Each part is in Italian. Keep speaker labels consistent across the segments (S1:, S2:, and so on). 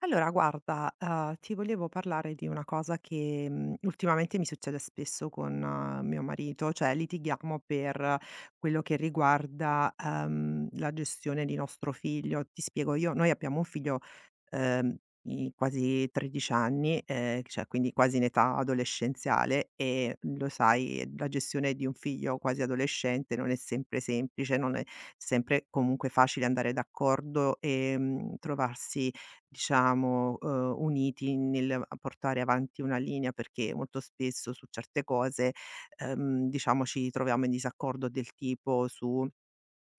S1: Allora guarda, ti volevo parlare di una cosa che, ultimamente mi succede spesso con mio marito, cioè litighiamo per quello che riguarda, la gestione di nostro figlio. Ti spiego, io noi abbiamo un figlio, di quasi 13 anni, cioè quindi quasi in età adolescenziale e lo sai, la gestione di un figlio quasi adolescente non è sempre semplice, non è sempre comunque facile andare d'accordo e, trovarsi diciamo, uniti nel a portare avanti una linea, perché molto spesso su certe cose, diciamo ci troviamo in disaccordo del tipo su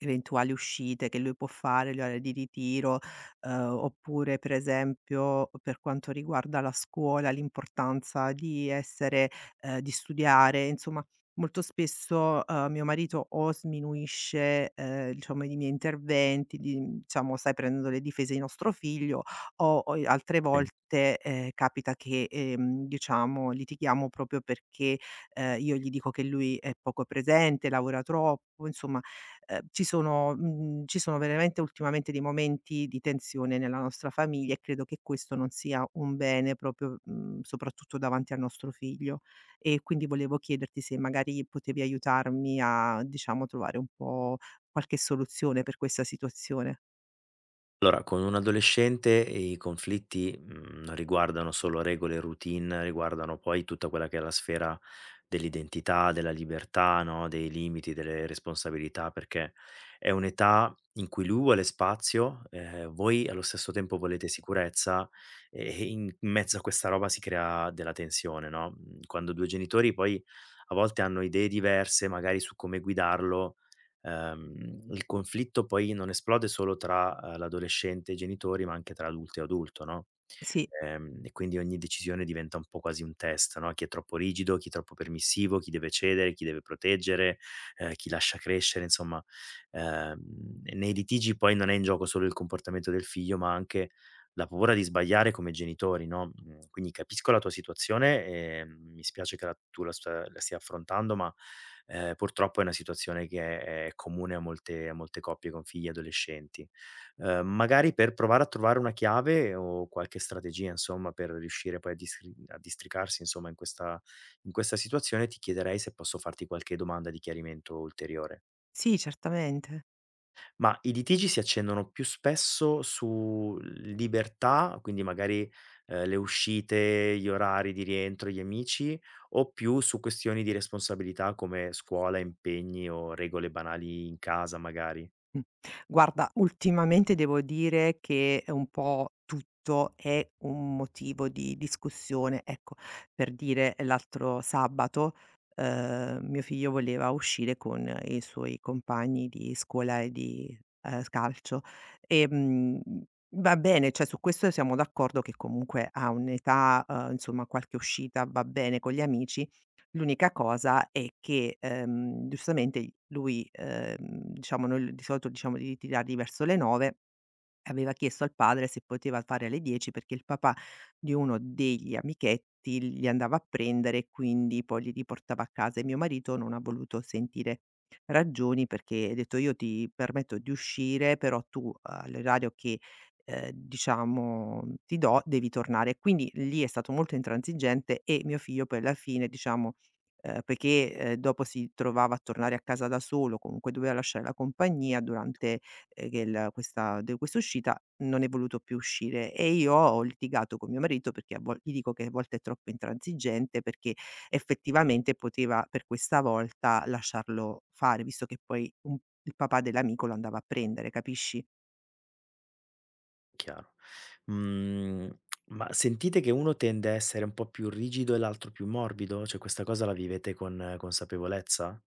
S1: eventuali uscite che lui può fare, gli orari di ritiro, uhm, oppure per esempio per quanto riguarda la scuola, l'importanza di essere di studiare, insomma molto spesso, mio marito o sminuisce, diciamo i miei interventi, di diciamo sai prendendo le difese di nostro figlio o i altre volte, capita che, diciamo litighiamo proprio perché, io gli dico che lui è poco presente, lavora troppo, insomma. Ci sono ci sono veramente ultimamente dei momenti di tensione nella nostra famiglia e credo che questo non sia un bene proprio, soprattutto davanti al nostro figlio. E quindi volevo chiederti se magari potevi aiutarmi a, diciamo, trovare un po' qualche soluzione per questa situazione.
S2: Allora, con un adolescente i conflitti, non riguardano solo regole e routine, riguardano poi tutta quella che è la sfera dell'identità, della libertà, no, dei limiti, delle responsabilità, perché è un'età in cui lui vuole spazio, voi allo stesso tempo volete sicurezza, e in mezzo a questa roba si crea della tensione, no, quando 2 genitori poi a volte hanno idee diverse, magari su come guidarlo. Il conflitto poi non esplode solo tra, l'adolescente e i genitori, ma anche tra adulto e adulto, no.
S1: Sì,
S2: E quindi ogni decisione diventa un po' quasi un test, no, chi è troppo rigido, chi è troppo permissivo, chi deve cedere, chi deve proteggere, chi lascia crescere, insomma. ehm, Nei litigi poi non è in gioco solo il comportamento del figlio, ma anche la paura di sbagliare come genitori, no, quindi capisco la tua situazione, mi spiace che la tu la sta la stia affrontando, ma purtroppo è una situazione che è comune a molte coppie con figli adolescenti. Magari per provare a trovare una chiave o qualche strategia, insomma, per riuscire poi a districarsi, insomma, in questa situazione, ti chiederei se posso farti qualche domanda di chiarimento ulteriore.
S1: sì, certamente.
S2: Ma i litigi si accendono più spesso su libertà, quindi magari, le uscite, gli orari di rientro, gli amici, o più su questioni di responsabilità come scuola, impegni o regole banali in casa magari?
S1: Mh. Guarda, ultimamente devo dire che è un po' tutto è un motivo di discussione. Ecco, per dire, l'altro sabato, mio figlio voleva uscire con i suoi compagni di scuola e di, calcio. Ehm, Va bene, cioè su questo siamo d'accordo che comunque a un'età, insomma qualche uscita va bene con gli amici. L'unica cosa è che, giustamente lui, diciamo noi l di solito diciamo di tirargli verso le 9. Aveva chiesto al padre se poteva fare alle 10 perché il papà di uno degli amichetti li andava a prendere e quindi poi li riportava a casa, e mio marito non ha voluto sentire ragioni perché ha detto: "Io ti permetto di uscire, però tu all'orario che, diciamo ti do devi tornare". Quindi lì è stato molto intransigente e mio figlio poi alla fine diciamo, perché, dopo si trovava a tornare a casa da solo, comunque doveva lasciare la compagnia durante che la questa de questa uscita non è voluto più uscire, e io ho litigato con mio marito perché a vol gli dico che a volte è troppo intransigente, perché effettivamente poteva per questa volta lasciarlo fare, visto che poi un il papà dell'amico lo andava a prendere, capisci?
S2: Chiaro. Mhmm, ma sentite che uno tende a essere un po' più rigido e l'altro più morbido? Cioè questa cosa la vivete con consapevolezza?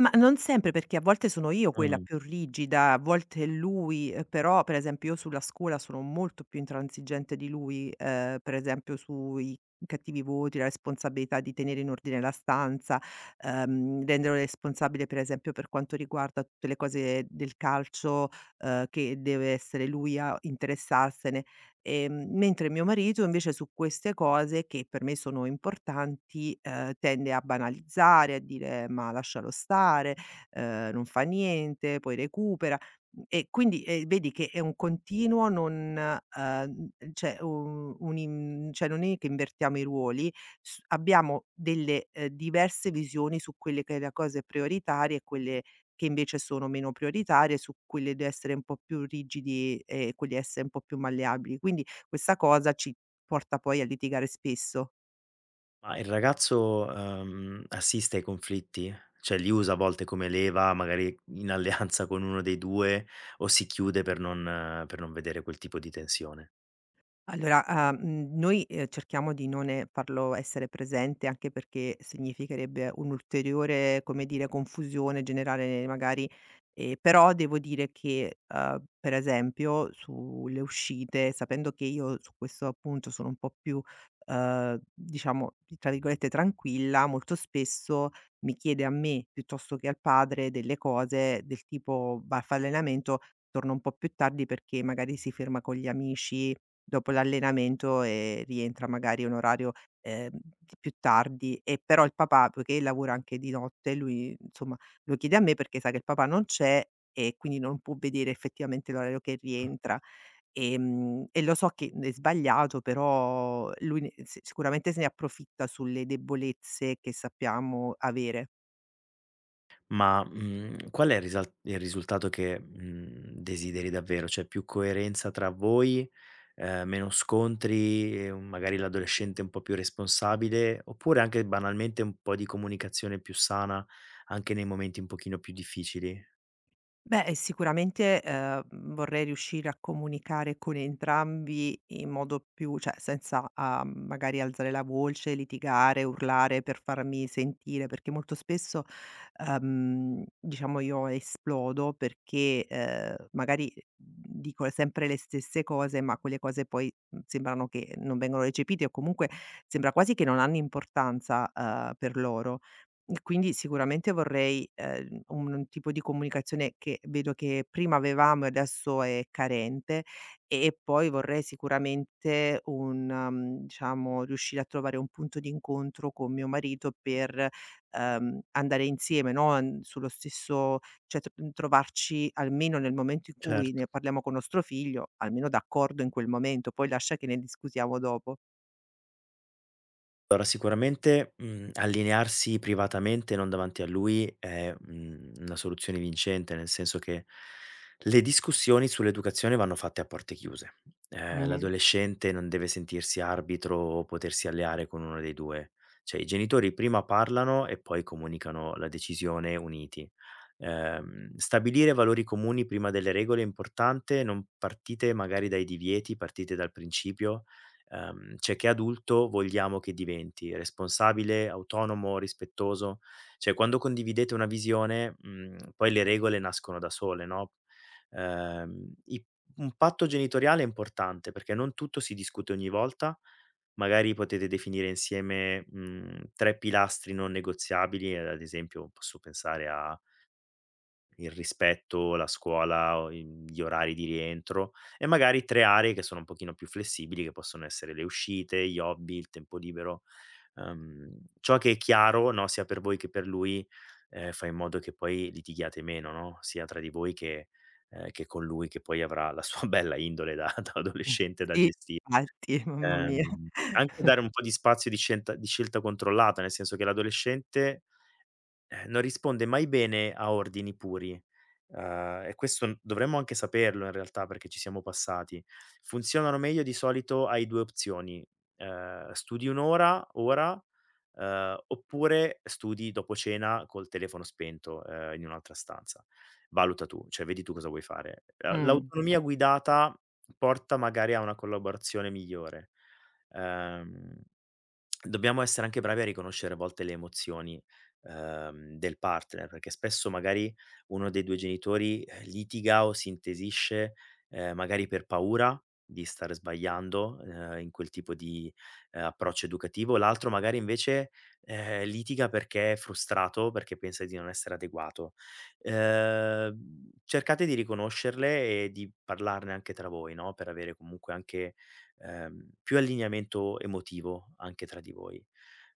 S1: Ma non sempre, perché a volte sono io quella
S2: Mh.
S1: più rigida, a volte è lui, però per esempio io sulla scuola sono molto più intransigente di lui, per esempio sui cattivi voti, la responsabilità di tenere in ordine la stanza, renderlo responsabile per esempio per quanto riguarda tutte le cose del calcio, che deve essere lui a interessarsene. Mentre mio marito invece su queste cose che per me sono importanti, tende a banalizzare, a dire: "Ma lascialo stare, non fa niente, poi recupera". E quindi, vedi che è un continuo non cioè u un in cioè non è che invertiamo i ruoli, s abbiamo delle, diverse visioni su quelle che è la cose prioritarie e quelle che invece sono meno prioritarie, su quelle di essere un po' più rigidi e quelle essere un po' più malleabili. Quindi questa cosa ci porta poi a litigare spesso.
S2: Ma il ragazzo, assiste ai conflitti? Cioè li usa a volte come leva, magari in alleanza con uno dei 2 o si chiude per non vedere quel tipo di tensione?
S1: Allora, ah, noi, cerchiamo di non, farlo essere presente, anche perché significherebbe un'ulteriore, come dire, confusione, generare magari. Però devo dire che, per esempio sulle uscite, sapendo che io su questo appunto sono un po' più, diciamo, tra virgolette "tranquilla", molto spesso mi chiede a me, piuttosto che al padre, delle cose del tipo: "Va, fa allenamento, torna un po' più tardi perché magari si ferma con gli amici." Dopo l'allenamento, rientra magari a un orario, di più tardi e però il papà, poiché lavora anche di notte, lui insomma lo chiede a me perché sa che il papà non c'è e quindi non può vedere effettivamente l'orario che rientra. E lo so che è sbagliato, però lui ne si sicuramente se ne approfitta sulle debolezze che sappiamo avere.
S2: Ma, qual è il risultato che, desideri davvero? Cioè più coerenza tra voi, meno scontri, magari l'adolescente un po' più responsabile, oppure anche banalmente un po' di comunicazione più sana anche nei momenti un pochino più difficili?
S1: Beh, e sicuramente, vorrei riuscire a comunicare con entrambi in modo più cioè senza, a magari alzare la voce, litigare, urlare per farmi sentire, perché molto spesso, diciamo io esplodo perché, magari dico sempre le stesse cose, ma quelle cose poi, sembrano che non vengano recepite o comunque sembra quasi che non hanno importanza, per loro. E quindi sicuramente vorrei, un tipo di comunicazione che vedo che prima avevamo e adesso è carente, e poi vorrei sicuramente un diciamo, riuscire a trovare un punto di incontro con mio marito per, andare insieme, no, n sullo stesso cioè t trovarci almeno nel momento in cui
S2: Certo.
S1: ne parliamo con nostro figlio, almeno d'accordo in quel momento, poi lascia che ne discutiamo dopo.
S2: Allora sicuramente, allinearsi privatamente, non davanti a lui è, una soluzione vincente, nel senso che le discussioni sull'educazione vanno fatte a porte chiuse.
S1: Mh-mh.
S2: L'adolescente non deve sentirsi arbitro o potersi alleare con uno dei 2. Cioè i genitori prima parlano e poi comunicano la decisione uniti. Stabilire valori comuni prima delle regole è importante, non partite magari dai divieti, partite dal principio. Cioè che adulto vogliamo che diventi? Responsabile, autonomo, rispettoso? Cioè quando condividete una visione, poi le regole nascono da sole, no. I Un patto genitoriale è importante perché non tutto si discute ogni volta, magari potete definire insieme, 3 pilastri non negoziabili, ad esempio posso pensare a il rispetto, la scuola o in gli orari di rientro e magari 3 aree che sono un pochino più flessibili, che possono essere le uscite, gli hobby, il tempo libero. Ciò che è chiaro, no, sia per voi che per lui, fa in modo che poi litighiate meno, no, sia tra di voi che con lui che poi avrà la sua bella indole da
S1: Mh.
S2: adolescente da
S1: Sì,
S2: gesti.
S1: infatti, mamma mia.
S2: Anche dare un po' di spazio di scelta controllata, nel senso che l'adolescente non risponde mai bene a ordini puri, uhm, e questo n dovremmo anche saperlo in realtà perché ci siamo passati. Funzionano meglio di solito hai 2 opzioni: studi 1 ora, oppure studi dopo cena col telefono spento, in un'altra stanza. Valuta tu, cioè vedi tu cosa vuoi fare.
S1: Mh.
S2: L'autonomia guidata porta magari a una collaborazione migliore. Uhm Dobbiamo essere anche bravi a riconoscere a volte le emozioni, del partner, perché spesso magari uno dei 2 genitori, litiga o si intesisce, magari per paura di stare sbagliando, in quel tipo di, approccio educativo, l'altro magari invece, litiga perché è frustrato, perché pensa di non essere adeguato. Cercate di riconoscerle e di parlarne anche tra voi, no, per avere comunque anche più allineamento emotivo anche tra di voi.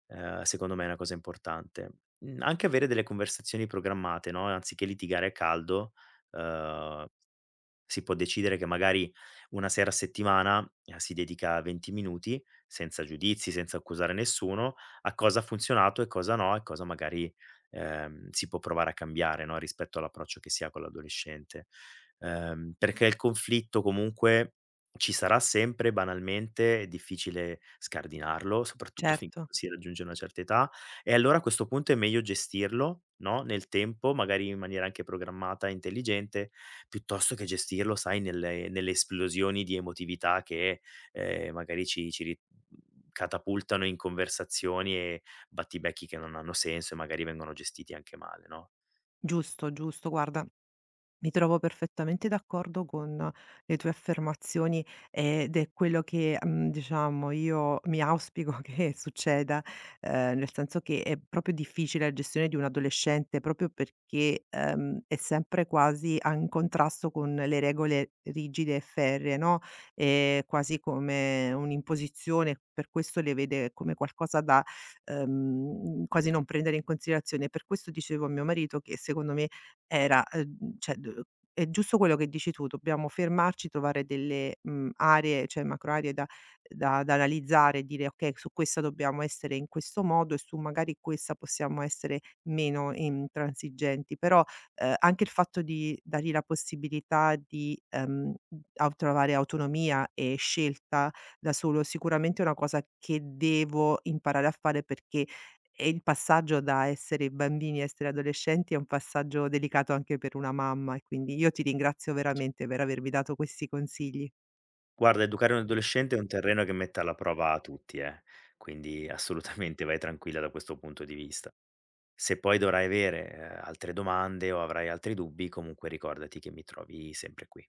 S2: Secondo me è una cosa importante. Anche avere delle conversazioni programmate, no, anziché litigare a caldo, uhm si può decidere che magari una sera a settimana, si dedica 20 minuti, senza giudizi, senza accusare nessuno, a cosa ha funzionato e cosa no, e cosa magari, si può provare a cambiare, no, rispetto all'approccio che si ha con l'adolescente. Perché il conflitto comunque ci sarà sempre banalmente, è difficile scardinarlo, soprattutto finché
S1: Certo,
S2: non si raggiunge una certa età, e allora a questo punto è meglio gestirlo, no, nel tempo, magari in maniera anche programmata e intelligente, piuttosto che gestirlo, sai, nelle esplosioni di emotività che, magari ci ci ri catapultano in conversazioni e battibecchi che non hanno senso e magari vengono gestiti anche male, no.
S1: giusto, giusto. Guarda, mi trovo perfettamente d'accordo con le tue affermazioni ed è quello che, diciamo io mi auspico che succeda, nel senso che è proprio difficile la gestione di un adolescente proprio perché, è sempre quasi a in contrasto con le regole rigide e ferree, no, è quasi come un'imposizione, per questo le vede come qualcosa da, quasi non prendere in considerazione. Per questo dicevo a mio marito che secondo me era, cioè d è giusto quello che dici tu, dobbiamo fermarci, trovare delle, aree, cioè macro aree da analizzare e dire: "Okay, su questa dobbiamo essere in questo modo e su magari questa possiamo essere meno intransigenti." Però, anche il fatto di dargli la possibilità di, a trovare autonomia e scelta da solo, sicuramente è una cosa che devo imparare a fare perché e il passaggio da essere bambini a essere adolescenti è un passaggio delicato anche per una mamma e quindi io ti ringrazio veramente per avermi dato questi consigli.
S2: Guarda, educare un adolescente è un terreno che mette alla prova a tutti, quindi assolutamente vai tranquilla da questo punto di vista. Se poi dovrai avere, altre domande o avrai altri dubbi, comunque ricordati che mi trovi sempre qui.